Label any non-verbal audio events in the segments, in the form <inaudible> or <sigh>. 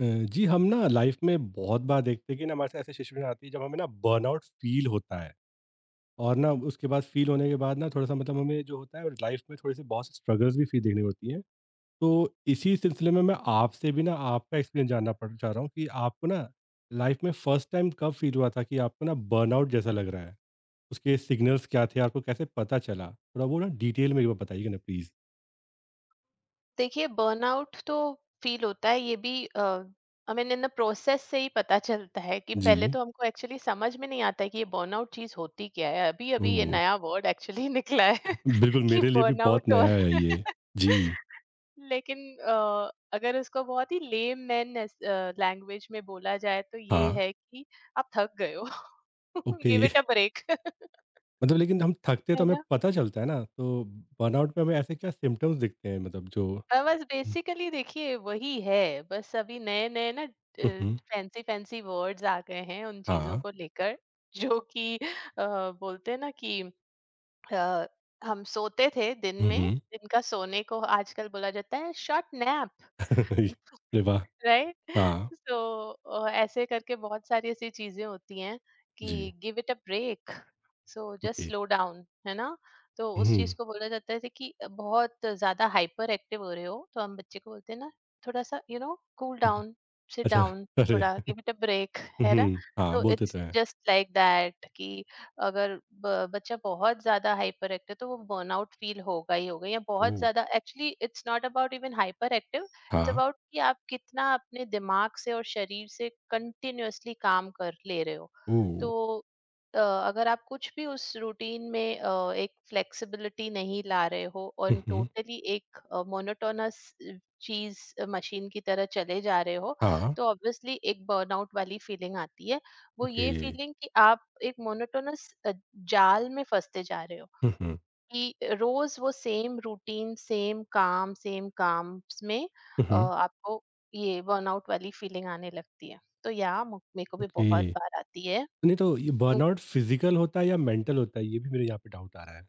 अ, जी हम ना लाइफ में बहुत बार देखते हैं कि ना हमारे साथ ऐसे सिचुएशन आती है जब हमें ना बर्नआउट फील होता है और ना उसके बाद फील होने के बाद ना थोड़ा सा मतलब हमें जो होता है लाइफ में थोड़े से बहुत स्ट्रगल्स भी फील देखने को होती हैं। तो इसी सिलसिले में मैं आपसे भी ना आपका एक्सपीरियंस जानना पड़ चाह रहा हूँ कि आपको ना लाइफ में फर्स्ट टाइम कब फील हुआ था कि आपको ना बर्नआउट जैसा लग रहा है, उसके सिग्नल्स क्या थे, आपको कैसे पता चला, थोड़ा वो ना डिटेल में एक बार बताइएगा ना प्लीज। देखिए, बर्नआउट तो फील होता है। ये भी I mean in the process से ही पता चलता है कि पहले जी। तो हमको एक्चुअली समझ में नहीं आता है कि ये बर्नआउट चीज होती क्या है। अभी अभी ये ओह। नया वर्ड एक्चुअली <laughs> निकला है <laughs> बिल्कुल कि मेरे लिए भी बहुत बर्नआउट। नया और है ये। <laughs> जी। लेकिन अगर इसको बहुत ही लेम मैन लैंग्वेज में बोला जाए तो ये हाँ। है कि आप थक गए हो। <laughs> Okay. Give it a <laughs> break. <laughs> मतलब लेकिन हम थकते तो है हमें ना। पता चलता है ना, तो बर्नआउट में हमें ऐसे क्या सिम्पटम्स दिखते हैं, मतलब जो। बस बेसिकली देखिए वही है, बस अभी नए-नए ना, हुँ, हुँ, फैंसी फैंसी वर्ड्स आ गए हैं उन चीज़ों हाँ, को लेकर जो कि, बोलते हैं ना कि अ, हम सोते थे दिन हुँ, में, हुँ, दिन का सोने को आजकल बोला जाता है शॉर्ट नैप। <laughs> अरे वाह! राइट। हाँ, सो ऐसे करके बहुत सारी ऐसी चीजें होती हैं जी, कि give it a break. So okay, just slow down, है ना। तो उस चीज हुँ, को बोला जाता है कि बहुत ज्यादा हाइपर एक्टिव हो रहे हो, तो हम बच्चे को बोलते हैं ना, थोड़ा सा you know cool hmm, down, sit अच्छा, डाउन, अरे, थोड़ा गिव इट अ ब्रेक, है ना। हुँ, हाँ, तो बोलते इट्स तो हैं, जस्ट लाइक दैट कि अगर बच्चा बहुत ज्यादा हाइपर एक्टिव तो वो बर्नआउट फील होगा ही होगा। या बहुत ओह! ज्यादा actually it's not about even hyperactive, it's हाँ, अबाउट कि आप कितना अपने दिमाग से और शरीर से कंटिन्यूअसली काम कर ले रहे हो। ओह! तो अगर आप कुछ भी उस रूटीन में, एक फ्लेक्सिबिलिटी नहीं ला रहे हो हुँ, और हुँ, टोटली एक मोनोटोनस चीज, मशीन की तरह चले जा रहे हो, हाँ, तो ऑब्वियसली एक बर्नआउट वाली फीलिंग आती है। वो ओके, ये फीलिंग कि आप एक मोनोटोनस जाल में फंसते जा रहे हो, हुँ, हुँ, कि रोज वो सेम रूटीन, सेम काम, सेम काम में हुँ, अ, हुँ, आपको ये बर्नआउट वाली फीलिंग आने लगती है। तो या मेरे को भी ओके। बहुत बार आती है। नहीं तो ये बर्नआउट फिज़िकल होता है या मेंटल होता है? ये भी मेरे यहाँ पे डाउट आ रहा है।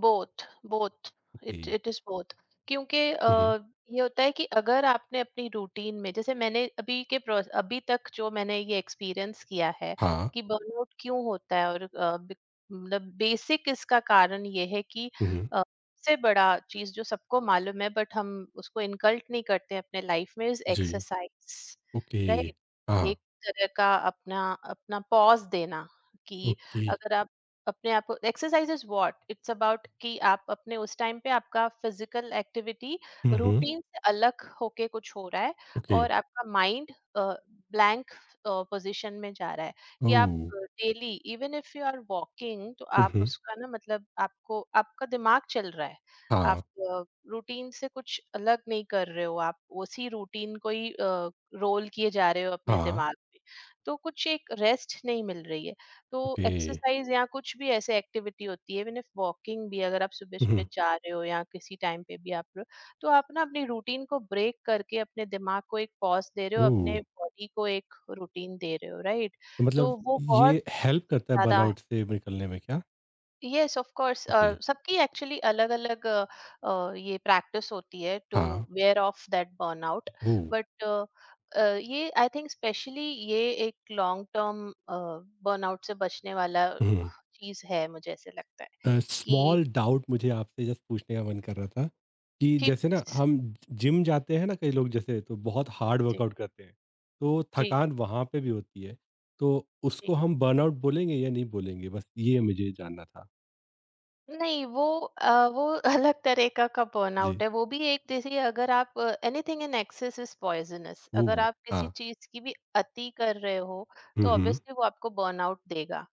Both. Both. Okay, it it is both. क्योंकि, हुँ, हुँ, ये होता है कि अगर आपने अपनी रूटीन में, जैसे मैंने अभी के अभी तक जो मैंने ये एक्सपीरियंस किया है हाँ, कि बर्नआउट क्यों होता है। और मतलब बेसिक इसका कारण ये है कि हुँ, हुँ, अ, सबसे बड़ा चीज जो सबको मालूम है बट हम उसको इनकल्ट नहीं करते हैं अपने लाइफ में, इज जी, एक्सरसाइज। Okay, right. हाँ। एक तरह का अपना अपना पॉज देना कि ओके। अगर आप अपने आप को, exercise is what it's about, कि आप अपने उस टाइम पे आपका फिजिकल एक्टिविटी हुँ, हुँ। रूटीन से अलग होके कुछ हो रहा है ओके। और आपका माइंड ब्लैंक पोजीशन में जा रहा है। कि आप ओह! Daily even if you are walking तो हुँ, आप हुँ। उसका ना मतलब आपको आपका दिमाग चल रहा है। हाँ, आप रूटीन से कुछ अलग नहीं कर रहे हो, आप उसी रूटीन को ही रोल किए जा रहे हो अपने हाँ। दिमाग में। तो कुछ एक रेस्ट नहीं मिल रही है। तो ओके। एक्सरसाइज या कुछ भी ऐसे एक्टिविटी होती है, इवन इफ वॉकिंग भी, अगर आप सुबह हुँ, सुबह हुँ। जा रहे हो या किसी टाइम पे भी आप रहे हो, तो आप ना अपनी रूटीन को ब्रेक करके अपने दिमाग को एक पॉज दे रहे हो, ओह! अपने बॉडी को एक रूटीन दे रहे हो। राइट। तो मतलब तो वो बहुत ये हेल्प करता है ज्यादा बर्नआउट से निकलने में क्या? Yes of course okay. सबकी एक्चुअली अलग अलग ये प्रैक्टिस होती है टू हाँ। Where of that burnout. ओह! बट ये आई थिंक स्पेशली ये एक लॉन्ग टर्म बर्नआउट से बचने वाला हुँ। चीज है, मुझे ऐसे लगता है कि स्मॉल डाउट मुझे आपसे जस्ट पूछने का मन कर रहा था कि जी जैसे ना please। हम जिम जाते हैं ना कई लोग जैसे तो बहुत हार्ड जी। वर्कआउट करते हैं, तो जी। थकान वहाँ पे भी होती है। तो उसको जी हम बर्नआउट बोलेंगे या नहीं बोलेंगे? बस ये मुझे जानना था। नहीं वो, वो <laughs> अलग तरह का जी। बर्नआउट है। वो भी एक जैसे अगर आप, anything in excess is poisonous. अगर ओह! आप किसी हाँ। चीज की भी अति कर रहे हो हुँ, तो हुँ। ऑब्वियसली वो आपको बर्नआउट देगा।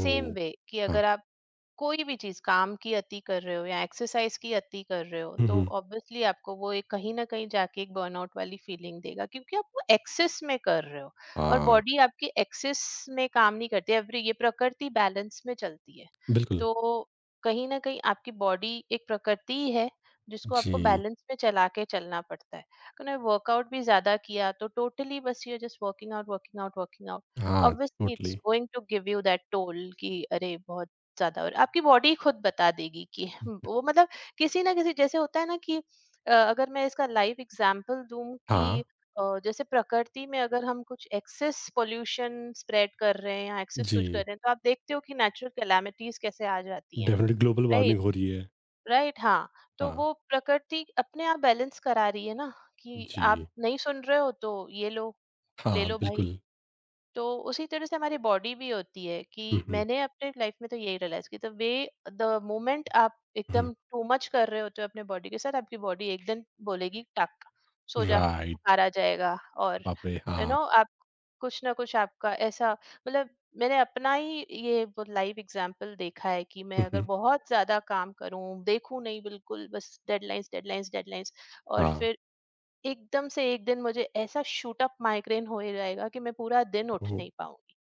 सेम वे कि हाँ। अगर आप कोई भी चीज काम की अति कर रहे हो या एक्सरसाइज की अति कर रहे हो हुँ, तो हुँ। ऑब्वियसली आपको वो एक कहीं ना कहीं जाके एक बर्नआउट वाली फीलिंग देगा, क्योंकि आप वो एक्सेस में कर रहे हो। और हाँ। बॉडी आपकी एक्सेस में काम नहीं करती, एवरी ये प्रकृति बैलेंस में चलती है। बिल्कुल। तो कहीं ना कहीं आपकी बॉडी एक प्रकृति ही है, जिसको आपको जी। बैलेंस में चला के चलना पड़ता है। अगर वर्कआउट भी ज्यादा किया तो टोटली बस ये just working out, working out, working out, हाँ, obviously it's totally. Going to give you that toll कि अरे बहुत ज़्यादा हो रहा है। आपकी बॉडी खुद बता देगी कि हुँ, वो मतलब किसी ना किसी जैसे होता है ना कि, अगर मैं इसका लाइव एग्जांपल दूँ कि हाँ। अ, जैसे प्रकृति में अगर हम कुछ एक्सेस पॉल्यूशन स्प्रेड कर रहे हैं या एक्सेस कुछ कर जी। रहे हैं, तो आप देखते हो कि नेचुरल कैलेमिटीज़ कैसे आ जाती हैं। डेफ़िनिटली ग्लोबल राइट, वार्मिंग हो रही है। राइट, हाँ। तो हाँ। वो प्रकृति अपने आप बैलेंस करा रही है ना, कि आप जी। नहीं सुन रहे हो तो ये लो, ले हाँ, लो भाई। बिल्कुल। तो उसी तरह से हमारी बॉडी भी होती है हुँ, कि हुँ। मैंने अपने लाइफ में तो यही रियलाइज की द वे द मोमेंट आप हुँ। एकदम टू मच कर रहे होते हो अपने बॉडी के साथ, आपकी बॉडी एक दिन बोलेगी टक, सो जा, राइट। बुखार आ जाएगा। और बाप रे! यू नो हाँ। आप कुछ ना कुछ आपका ऐसा मतलब मैंने अपना ही ये लाइव एग्जांपल देखा है कि मैं हुँ, अगर हुँ। बहुत ज्यादा काम करूं, देखूं नहीं बिल्कुल, बस डेडलाइंस, डेडलाइंस, डेडलाइंस, और हाँ। फिर एकदम से एक दिन मुझे ऐसा शूट अप माइग्रेन हो ही जाएगा कि मैं पूरा दिन उठ ओह! नहीं पाऊंगी।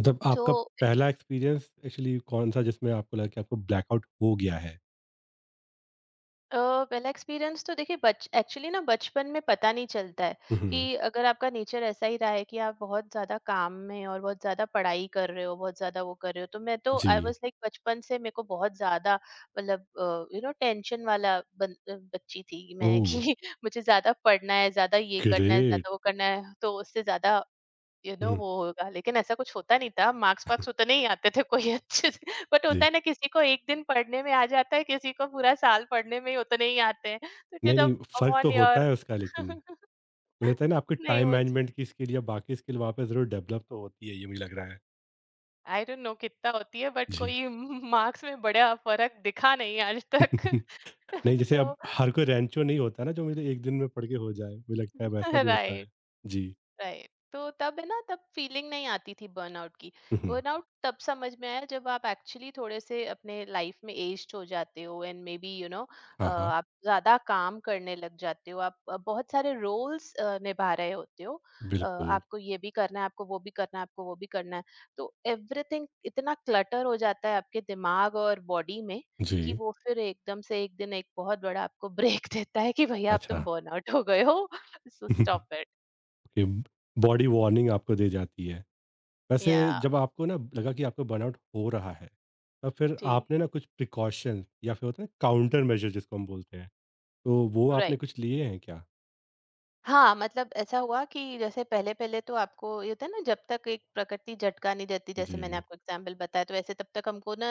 मतलब सो आपका पहला एक्सपीरियंस एक्चुअली कौन-सा जिसमें आपको लगा कि आपको ब्लैकआउट हो गया है? पहला एक्सपीरियंस तो देखिए बच एक्चुअली ना बचपन में पता नहीं चलता है हुँ, हुँ। कि अगर आपका नेचर ऐसा ही रहा है कि आप बहुत ज्यादा काम में और बहुत ज्यादा पढ़ाई कर रहे हो, बहुत ज्यादा वो कर रहे हो, तो मैं तो आई जी। वाज लाइक बचपन से मेरे को बहुत ज्यादा मतलब यू नो टेंशन वाला बच्ची थी मैं ओह! कि <laughs> मुझे ज्यादा पढ़ना है, ज्यादा ये करना है, ज्यादा ग्रेट! वो करना है, तो उससे ज्यादा यू नो हुँ। वो होगा, लेकिन ऐसा कुछ होता नहीं था। मार्क्स वार्क्स उतने ही आते थे, कोई अच्छे से <laughs> बट होता जी। है ना, किसी को एक दिन पढ़ने में आ जाता है, किसी को पूरा साल पढ़ने में ही उतने ही आते हैं। तो इट नहीं, इज नहीं, फ़र्क तो अपॉन होता योर है उसका लेकिन। <laughs> मुझे लगता है ना आपकी नहीं टाइम मुझे मैनेजमेंट की स्किल या बाकी स्किल वहाँ पे ज़रूर डेवलप तो होती है, ये मुझे लग रहा है। आई डोंट नो कितना होती है, बट जी। कोई मार्क्स में बड़ा फर्क दिखा नहीं आज तक। <laughs> नहीं, <laughs> जैसे तो अब हर कोई रैंचो नहीं होता ना जो मुझे एक दिन में पढ़ के हो जाए, मुझे लगता है <laughs> वैसा भी होता है। राइट, जी। राइट। तो तब है ना, तब फीलिंग नहीं आती थी बर्नआउट की। हुँ, हुँ। बर्नआउट तब समझ में आया जब आप एक्चुअली थोड़े से अपने लाइफ में एज्ड हो जाते हो, and maybe you know हाँ, हाँ। आप ज्यादा काम करने लग जाते हो। आप, बहुत सारे रोल्स निभा रहे होते हो। अ, बिल्कुल। आपको ये भी करना है आपको वो भी करना है आपको वो भी करना है तो एवरीथिंग इतना क्लटर हो जाता है आपके दिमाग और बॉडी में कि जी। वो फिर एकदम से एक दिन एक बहुत बड़ा आपको ब्रेक <laughs> देता है कि भैया अब अच्छा। तुम बर्नआउट हो गए हो so <laughs> stop it okay, body warning आपको दी जाती है। वैसे या जब आपको ना लगा कि आपको बर्नआउट हो रहा है, तब फिर जी आपने ना कुछ प्रिकॉशन या फिर होता है काउंटर मेजर जिसको हम बोलते हैं, तो वो आपने राइट कुछ लिए हैं क्या? हाँ मतलब ऐसा हुआ कि जैसे पहले पहले तो आपको ये होता है ना, जब तक एक प्रकृति झटका नहीं देती, जैसे मैंने जी, आपको एग्जाम्पल बताया, तो ऐसे तब तक हमको ना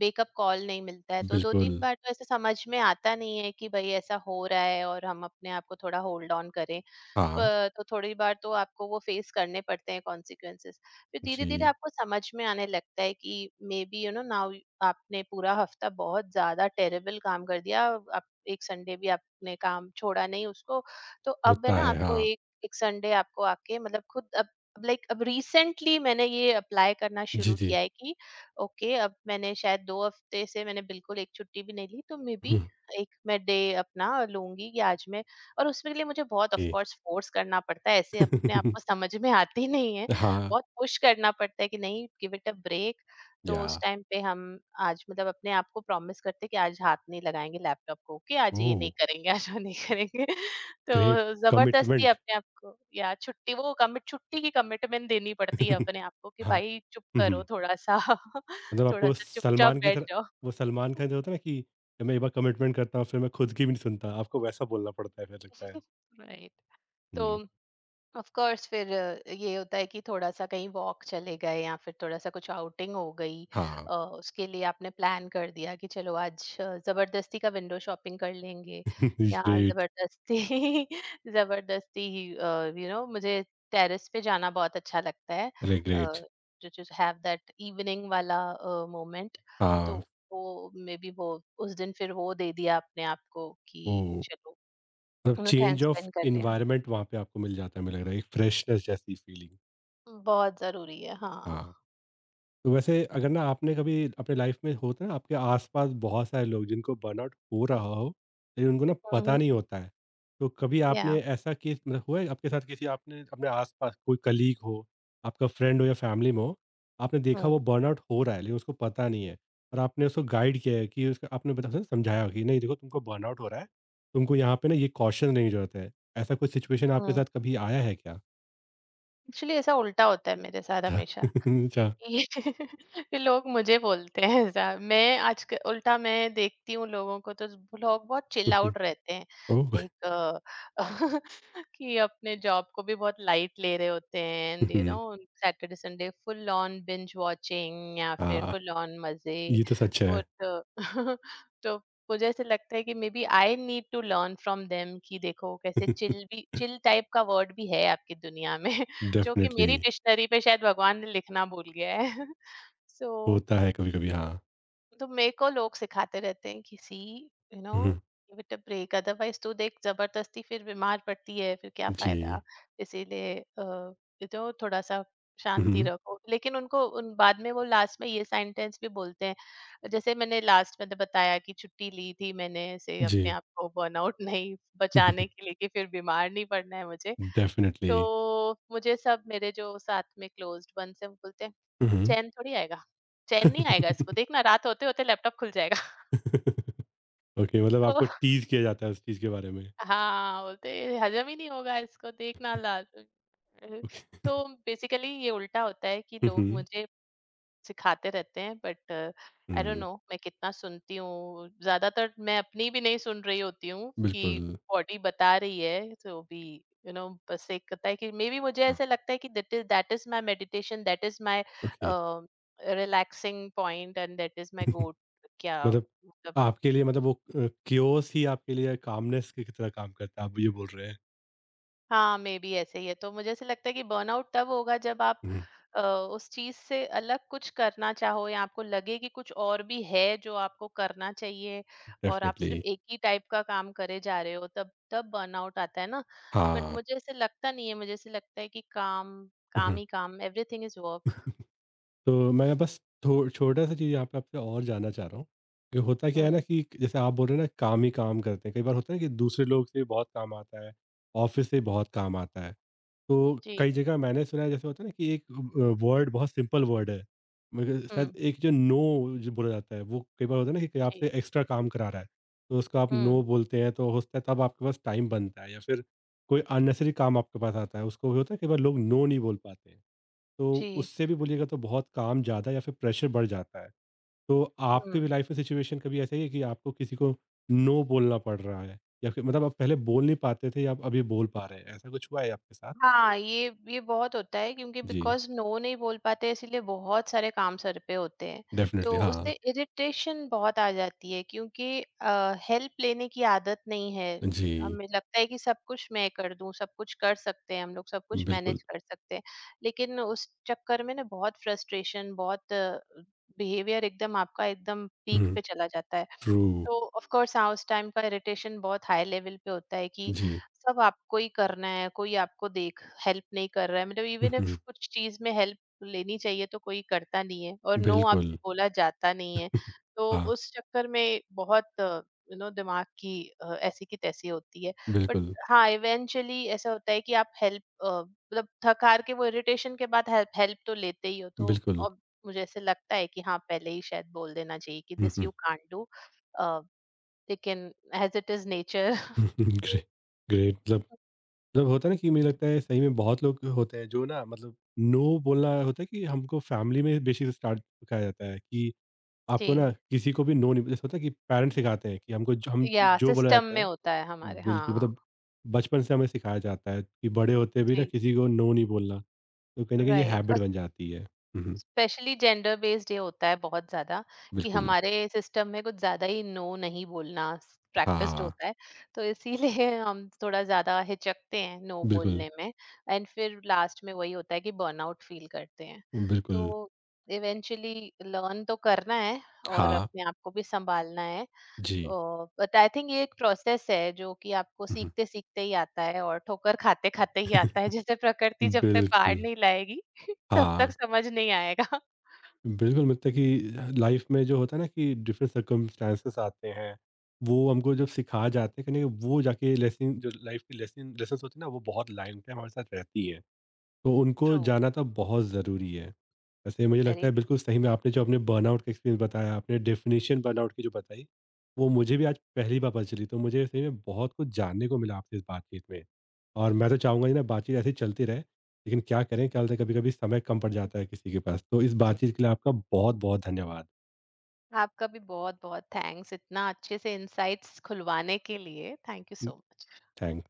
वेकअप कॉल नहीं मिलता है। तो दो बिल्कुल। तीन बार तो ऐसे समझ में आता नहीं है कि भाई ऐसा हो रहा है और हम अपने आप को थोड़ा होल्ड ऑन करें। हाँ। अ, तो थोड़ी बार तो आपको वो फेस करने पड़ते हैं कॉन्सिक्वेंसेस फिर धीरे धीरे जी, आपको समझ में आने लगता है कि maybe you know now आपने पूरा हफ्ता बहुत ज्यादा टेरेबल काम कर दिया आप एक संडे भी आपने काम छोड़ा नहीं उसको तो अब है होता ना है, आपको हाँ। एक एक संडे आपको आके मतलब खुद अब लाइक अब रिसेंटली मैंने ये अप्लाई करना जी, शुरू जी। किया है कि ओके अब मैंने शायद दो हफ्ते से मैंने बिल्कुल एक छुट्टी भी नहीं ली तो मे हुँ, बी एक मैं डे अपना लूंगी कि आज मैं और उसमें के लिए मुझे बहुत ऑफ ए कोर्स फ़ोर्स करना पड़ता है, ऐसे अपने आप को <laughs> समझ में आती <laughs> नहीं है। हाँ, बहुत पुश करना पड़ता है कि नहीं गिव इट अ ब्रेक। तो या उस टाइम पे हम आज मतलब अपने आप को प्रॉमिस करते हैं कि आज हाथ नहीं लगाएँगे लैपटॉप को, कि आज ये ओह! नहीं करेंगे, आज वो नहीं करेंगे। <laughs> तो ग्रेट ज़बरदस्ती कमिटमेंट। अपने आप को या छुट्टी वो कमिट छुट्टी की कमिटमेंट देनी पड़ती है <laughs> अपने आप को कि हाँ, भाई चुप हुँ, करो हुँ। थोड़ा-सा, मतलब आपको थोड़ा-सा <laughs> चुपचाप सलमान की बैठ तरह जाओ। वो सलमान का जो होता है ना कि मैं एक बार कमिटमेंट करता हूँ, फिर मैं खुद की भी नहीं सुनता। आपको वैसा बोलना पड़ता है फिर, लगता है। <laughs> राइट। तो हुँ, ऑफ कोर्स फिर अ, ये होता है कि थोड़ा-सा कहीं वॉक चले गए या फिर थोड़ा-सा कुछ आउटिंग हो गई। हाँ, अ, उसके लिए आपने प्लान कर दिया कि चलो आज अ, ज़बरदस्ती का विंडो शॉपिंग कर लेंगे। <laughs> या ग्रेट, ज़बरदस्ती, ज़बरदस्ती <laughs> यू नो मुझे टेरेस पे जाना बहुत अच्छा लगता है अरे ग्रेट! अ, जो जस्ट हैव दैट इवनिंग वाला अ, मोमेंट। तो हाँ, वो मे बी वो उस दिन फिर वो दे दिया अपने आप को कि ओह! चलो, मतलब उन्होंने टाइम चेंज ऑफ स्पेंड कर लिया। एनवायरनमेंट वहाँ पे आपको मिल जाता है, मुझे लग रहा है, एक फ्रेशनेस जैसी फीलिंग। बहुत ज़रूरी है, हाँ। हाँ। तो वैसे अगर ना आपने कभी अपने लाइफ में, होता है ना आपके आसपास बहुत सारे लोग जिनको बर्नआउट हो रहा हो लेकिन उनको ना हुँ, पता हुँ, नहीं होता है, तो कभी आपने या ऐसा केस मतलब हुआ है आपके साथ, किसी आपने अपने आसपास कोई कलीग हो, आपका फ्रेंड हो या फैमिली में हो, आपने देखा हुँ, वो बर्नआउट हो रहा है लेकिन उसको पता नहीं है, और आपने उसको गाइड किया है कि उसको आपने बता समझाया कि नहीं देखो तुमको बर्नआउट हो रहा है, तुमको यहाँ पे ना ये कॉशन लेने की जरूरत है, ऐसा कोई सिचुएशन आपके हुँ। साथ कभी आया है क्या? एक्चुअली ऐसा उल्टा होता है मेरे साथ अच्छा। हमेशा। <laughs> अच्छा। ये <laughs> ये लोग मुझे बोलते हैं ऐसा मैं उल्टा मैं देखती हूँ लोगों को तो लोग बहुत चिल <laughs> आउट रहते हैं। ओह। लाइक <laughs> कि अपने जॉब को भी बहुत लाइट ले रहे होते हैं and you <laughs> know, Saturday Sunday full on binge watching या फिर हाँ, फुल ऑन मजे। ये तो सच और है। तो <laughs> तो मुझे ऐसे लगता है कि maybe I need to learn from them कि देखो कैसे चिल भी, <laughs> चिल टाइप का वर्ड भी है आपकी दुनिया में, जो कि डेफ़िनिटली। मेरी डिक्शनरी पे शायद भगवान ने लिखना भूल गया है। <laughs> सो, होता है कभी-कभी, हाँ। तो मेरे को लोग सिखाते रहते हैं कि see, you know, hmm, hmm. Give it a break otherwise तू देख जबरदस्ती फिर बीमार पड़ती है फिर क्या जी। फायदा। इसीलिए जो थोड़ा सा हुँ, शांति हुँ। रखो। लेकिन उनको उन बाद में वो लास्ट में ये सेंटेंस भी बोलते हैं, जैसे मैंने लास्ट में तो बताया कि छुट्टी ली थी मैंने ऐसे, अपने जी। आप को बर्नआउट नहीं, बचाने के लिए कि फिर बीमार नहीं पड़ना है मुझे। डेफ़िनिटली। तो मुझे सब मेरे जो साथ में क्लोज्ड वंस हैं वो बोलते हैं, हुँ, हुँ। "चैन थोड़ी आएगा, चैन नहीं आएगा इसको, देखना रात होते-होते लैपटॉप खुल जाएगा।" <laughs> ओके। <laughs> मतलब तो आपको टीज़ किया जाता है उस चीज़ के बारे में। हाँ, बोलते हैं, "हजम ही नहीं होगा इसको, देखना ला।" ओके। <laughs> तो बेसिकली ये उल्टा होता है कि हुँ, लोग हुँ। मुझे सिखाते रहते हैं, but I don't hmm, know मैं कितना सुनती हूँ। ज्यादातर मैं अपनी भी नहीं सुन रही होती हूँ बिल्कुल। कि बॉडी बता रही है तो भी। यू नो, बस एक होता है कि मे बी मुझे हाँ, ऐसा लगता है कि that is my meditation, that is my okay. Relaxing point and that is my <laughs> goat क्या मतलब मतलब। आपके लिए मतलब वो क्यूओस ही आपके लिए कामनेस की तरह काम करता है, आप ये बोल रहे हैं? हाँ मे बी ऐसे ही है, तो मुझे ऐसे लगता है कि बर्नआउट तब होगा जब आप हुँ, उस चीज से अलग कुछ करना चाहो, या आपको लगे कि कुछ और भी है जो आपको करना चाहिए और आप सिर्फ डेफ़िनिटली। एक ही टाइप का काम करे जा रहे हो, तब तब बर्नआउट आता है ना। बट हाँ। मुझे ऐसे लगता नहीं है, मुझे ऐसे लगता है कि काम हुँ, काम हुँ। ही काम, एवरीथिंग इज वर्क। <laughs> तो मैं बस थो छोटा-सा चीज़ यहाँ पे आपसे और जानना चाह रहा हूँ, कि होता क्या है ना हम्म। कि जैसे आप बोल रहे हैं ना काम ही काम करते हैं, कई बार होता है ना कि दूसरे लोग से भी बहुत काम आता है, ऑफ़िस से भी बहुत काम आता है। तो जी। कई जगह मैंने सुना है जैसे होता है ना कि एक वर्ड बहुत सिंपल वर्ड है, मगर शायद हम्म। एक जो नो जो बोला जाता है वो कई बार होता है ना कि कोई जी। आपसे एक्स्ट्रा काम करा रहा है, तो उसको आप नो हम्म। बोलते हैं तो हो सकता है तब आपके पास टाइम बनता है, या फिर कोई अननेसेसरी काम आपके पास आता है, उसको भी होता है कई बार लोग नो नहीं बोल पाते हैं। तो जी। उससे भी बोलिएगा तो बहुत काम ज़्यादा या फिर प्रेशर बढ़ जाता है। तो आपकी हम्म। भी लाइफ में सिचुएशन कभी ऐसा ही है कि आपको किसी को नो बोलना पड़ रहा है? या फिर मतलब आप पहले बोल नहीं पाते थे या आप अभी बोल पा रहे हैं, ऐसा कुछ हुआ है आपके साथ? हाँ, ये बहुत होता है क्योंकि जी, बिकॉज़ नो नहीं बोल पाते इसीलिए बहुत सारे काम सर पे होते हैं। डेफ़िनिटली तो हाँ। उससे इरिटेशन बहुत आ जाती है क्योंकि हेल्प लेने की आदत नहीं है। जी, हमें लगता है कि सब कुछ मैं कर दूँ, सब कुछ कर सकते हैं हम लोग, सब कुछ बिल्कुल। मैनेज कर सकते हैं। लेकिन उस चक्कर में ना बहुत फ्रस्ट्रेशन, बहुत बिहेवियर एकदम आपका एकदम पीक हुँ, पे चला जाता है। ट्रू। तो ऑफ कोर्स हाँ, उस टाइम का इरिटेशन बहुत हाई लेवल पे होता है कि जी। सब आपको ही करना है, कोई आपको देख, हेल्प नहीं कर रहा है। मतलब हुँ, इवन हुँ, इफ कुछ चीज में हेल्प लेनी चाहिए तो कोई करता नहीं है, और नो बिल्कुल। आपसे बोला जाता नहीं है। तो हाँ, उस चक्कर में बहुत, यू नो, दिमाग की ऐसी की तैसी होती है, बट बिल्कुल, हाँ इवेंचुअली ऐसा होता है कि आप हेल्प, मतलब थक हार के वो इरिटेशन के बाद हेल्प हेल्प तो लेते ही हो। तो बिल्कुल। अब मुझे ऐसे लगता है कि हाँ पहले ही शायद बोल देना चाहिए कि hmm, this hmm, you can't do, लेकिन एज़ इट इज़ नेचर। हुँ, हुँ, <laughs> ग्रे ग्रेट मतलब, <laughs> मतलब होता है ना कि मुझे लगता है सही में बहुत लोग होते हैं जो ना मतलब नो बोलना, होता है कि हमको फैमिली में बेसिक स्टार्ट सिखाया जाता है कि आपको ना जी, किसी को भी नो नहीं, जैसे होता है कि पेरेंट्स सिखाते हैं कि हमको जो हम तो या जो बोला सिस्टम जाता में है, होता है हमारे, बिल्कुल हाँ, मतलब बचपन से हमें सिखाया जाता है कि बड़े होते भी ना जी, किसी को नो नहीं बोलना, तो कहीं ना कहीं ये राइट। हैबिट और बन जाती है। हम्म, स्पेशली जेंडर बेस्ड ये होता है बहुत ज़्यादा, कि बिल्कुल। हमारे सिस्टम में कुछ ज़्यादा ही नो नहीं बोलना प्रैक्टिस्ड हाँ। होता है, तो इसीलिए <laughs> हम थोड़ा ज़्यादा हिचकते हैं नो बिल्कुल। बोलने में, एंड फिर लास्ट में वही होता है कि बर्नआउट फील करते हैं। बिल्कुल। तो इवेंचुअली लर्न तो करना है, और हाँ। अपने आप को भी सँभालना है। जी। बट आई थिंक ये एक प्रोसेस है जो कि आपको हम्म, सीखते सीखते ही आता है और ठोकर खाते खाते ही आता है। <laughs> जैसे प्रकृति जब तक पार बिल्कुल। नहीं लाएगी <laughs> तब तक हाँ। समझ नहीं आएगा। बिल्कुल, मतलब कि लाइफ़ में जो होता है ना कि डिफरेंट सर्कमस्टेंसेस आते हैं, वो हमको जब सिखाए जाते हैं कहीं न कहीं वो जाके लेसन जो लाइफ़ की लेसन लेसन्स होती है ना, वो बहुत लाइन पे हमारे साथ रहती है। तो उनको ट्रू। जाना तो बहुत ज़रूरी है। वैसे मुझे लगता वेरी है ट्रू। बिल्कुल सही में आपने जो अपने बर्नआउट का एक्सपीरियंस बताया, आपने डेफ़िनेशन बर्नआउट की जो बताई, वो मुझे भी आज पहली बार पता चली। तो मुझे सही में बहुत कुछ जानने को मिला आपसे इस बातचीत में। और मैं तो चाहूँगा ये ना बातचीत ऐसे ही चलती रहे, लेकिन क्या करें, क्या होता है कभी-कभी समय कम पड़ जाता है किसी के पास। तो इस जी। बातचीत के लिए आपका बहुत-बहुत धन्यवाद। आपका भी बहुत बहुत थैंक्स इतना अच्छे से इंसाइट्स खुलवाने के लिए। Thank you um, so much. Thank